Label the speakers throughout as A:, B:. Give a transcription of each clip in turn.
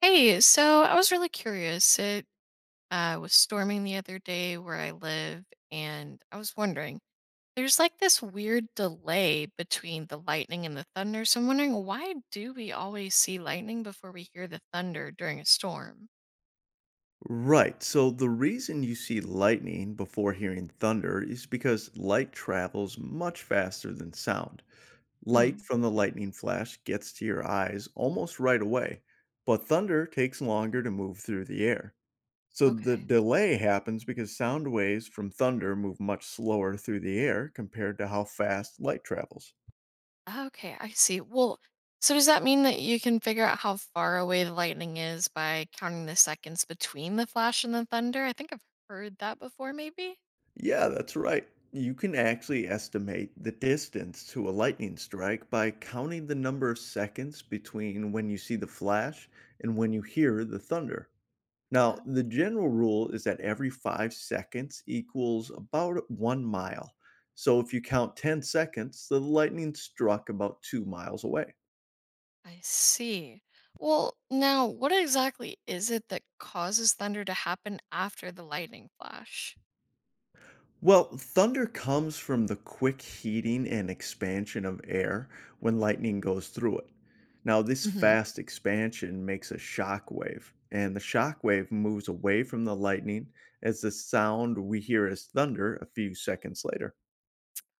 A: Hey, so I was really curious. It was storming the other day where I live, and I was wondering, there's like this weird delay between the lightning and the thunder. So I'm wondering, why do we always see lightning before we hear the thunder during a storm?
B: Right. So the reason you see lightning before hearing thunder is because light travels much faster than sound. Light
A: Hmm.
B: from the lightning flash gets to your eyes almost right away, but thunder takes longer to move through the air. So the
A: Okay.
B: delay happens because sound waves from thunder move much slower through the air compared to how fast light travels.
A: Okay, I see. Well, so does that mean that you can figure out how far away the lightning is by counting the seconds between the flash and the thunder? I think I've heard that before, maybe.
B: Yeah, that's right. You can actually estimate the distance to a lightning strike by counting the number of seconds between when you see the flash and when you hear the thunder. Now, the general rule is that every 5 seconds equals about 1 mile. So if you count 10 seconds, the lightning struck about 2 miles away.
A: I see. Well, now, what exactly is it that causes thunder to happen after the lightning flash?
B: Well, thunder comes from the quick heating and expansion of air when lightning goes through it. Now, this
A: hmm
B: fast expansion makes a shock wave, and the shock wave moves away from the lightning as the sound we hear as thunder a few seconds later.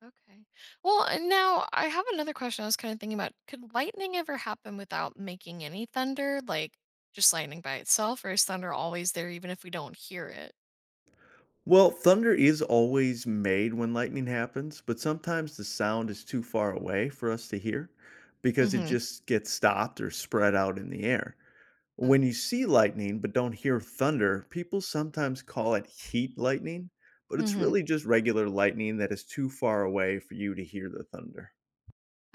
A: Okay. Well, and now I have another question I was kind of thinking about. Could lightning ever happen without making any thunder? Like just lightning by itself, or is thunder always there even if we don't hear it?
B: Well, thunder is always made when lightning happens, but sometimes the sound is too far away for us to hear because it
A: hmm
B: just gets stopped or spread out in the air.
A: Okay.
B: When you see lightning but don't hear thunder, people sometimes call it heat lightning, but it's
A: hmm
B: really just regular lightning that is too far away for you to hear the thunder.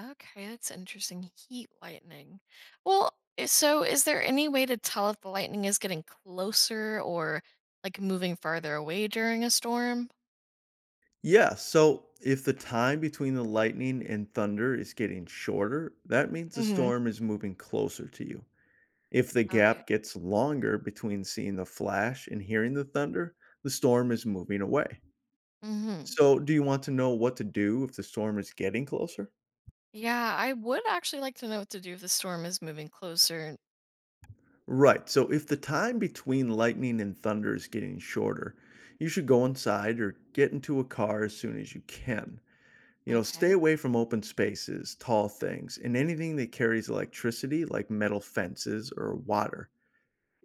A: Okay, that's interesting. Heat lightning. Well, so is there any way to tell if the lightning is getting closer or like moving farther away during a storm?
B: Yeah, so if the time between the lightning and thunder is getting shorter, that means the
A: hmm
B: storm is moving closer to you. If the
A: Okay.
B: gap gets longer between seeing the flash and hearing the thunder, the storm is moving away.
A: hmm
B: So, do you want to know what to do if the storm is getting closer?
A: Yeah, I would actually like to know what to do if the storm is moving closer.
B: Right. So, if the time between lightning and thunder is getting shorter, you should go inside or get into a car as soon as you can. You know, stay
A: Okay.
B: away from open spaces, tall things, and anything that carries electricity like metal fences or water.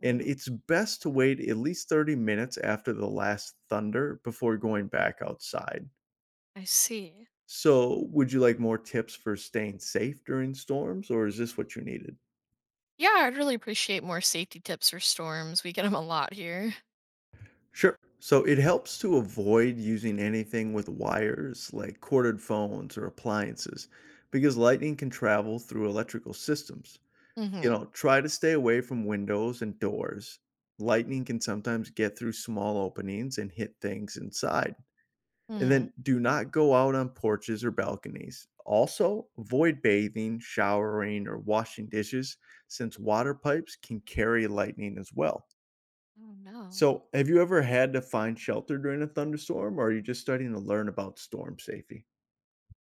B: And
A: Oh,
B: it's best to wait at least 30 minutes after the last thunder before going back outside.
A: I see.
B: So, would you like more tips for staying safe during storms, or is this what you needed?
A: Yeah, I'd really appreciate more safety tips for storms. We get them a lot here.
B: Sure. So, it helps to avoid using anything with wires like corded phones or appliances because lightning can travel through electrical systems. You
A: hmm
B: know, try to stay away from windows and doors. Lightning can sometimes get through small openings and hit things inside. And
A: hmm
B: then do not go out on porches or balconies. Also, avoid bathing, showering, or washing dishes since water pipes can carry lightning as well.
A: Oh no.
B: So, have you ever had to find shelter during a thunderstorm, or are you just starting to learn about storm safety?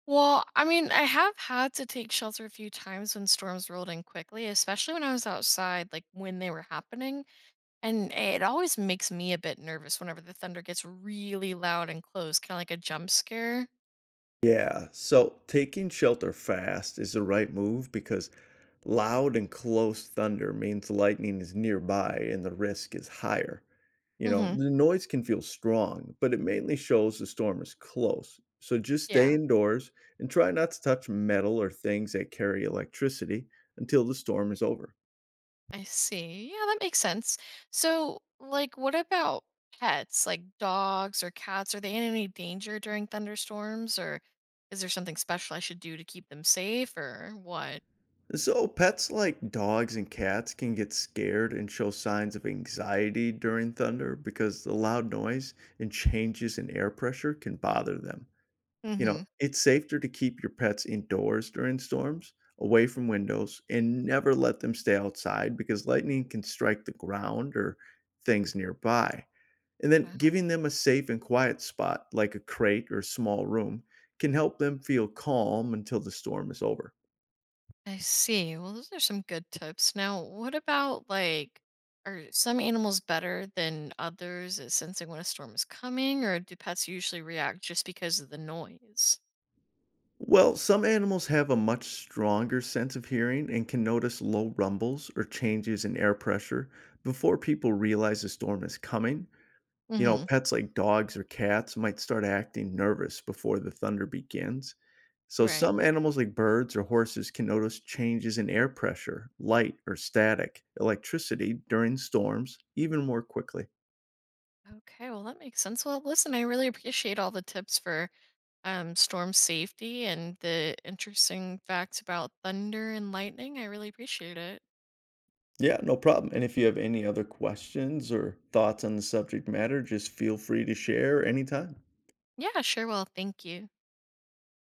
A: Well, I mean, I have had to take shelter a few times when storms rolled in quickly, especially when I was outside, like when they were happening. And it always makes me a bit nervous whenever the thunder gets really loud and close, kind of like a jump scare.
B: Yeah, so taking shelter fast is the right move because loud and close thunder means lightning is nearby and the risk is higher. You know,
A: hmm
B: the noise can feel strong, but it mainly shows the storm is close. So just stay
A: Yeah,
B: indoors and try not to touch metal or things that carry electricity until the storm is over.
A: I see. Yeah, that makes sense. So, like, what about pets, like dogs or cats? Are they in any danger during thunderstorms, or is there something special I should do to keep them safe, or what?
B: So, pets like dogs and cats can get scared and show signs of anxiety during thunder because the loud noise and changes in air pressure can bother them. You
A: hmm
B: know, it's safer to keep your pets indoors during storms, away from windows, and never let them stay outside because lightning can strike the ground or things nearby. And then
A: Wow.
B: giving them a safe and quiet spot, like a crate or small room, can help them feel calm until the storm is over.
A: I see. Well, those are some good tips. Now, what about like, are some animals better than others at sensing when a storm is coming, or do pets usually react just because of the noise?
B: Well, some animals have a much stronger sense of hearing and can notice low rumbles or changes in air pressure before people realize a storm is coming. You
A: hmm
B: know, pets like dogs or cats might start acting nervous before the thunder begins. So,
A: right.
B: some animals like birds or horses can notice changes in air pressure, light or static, electricity during storms even more quickly.
A: Okay, well, that makes sense. Well, listen, I really appreciate all the tips for storm safety and the interesting facts about thunder and lightning. I really appreciate it.
B: Yeah, no problem. And if you have any other questions or thoughts on the subject matter, just feel free to share anytime.
A: Yeah, sure. Well, thank you.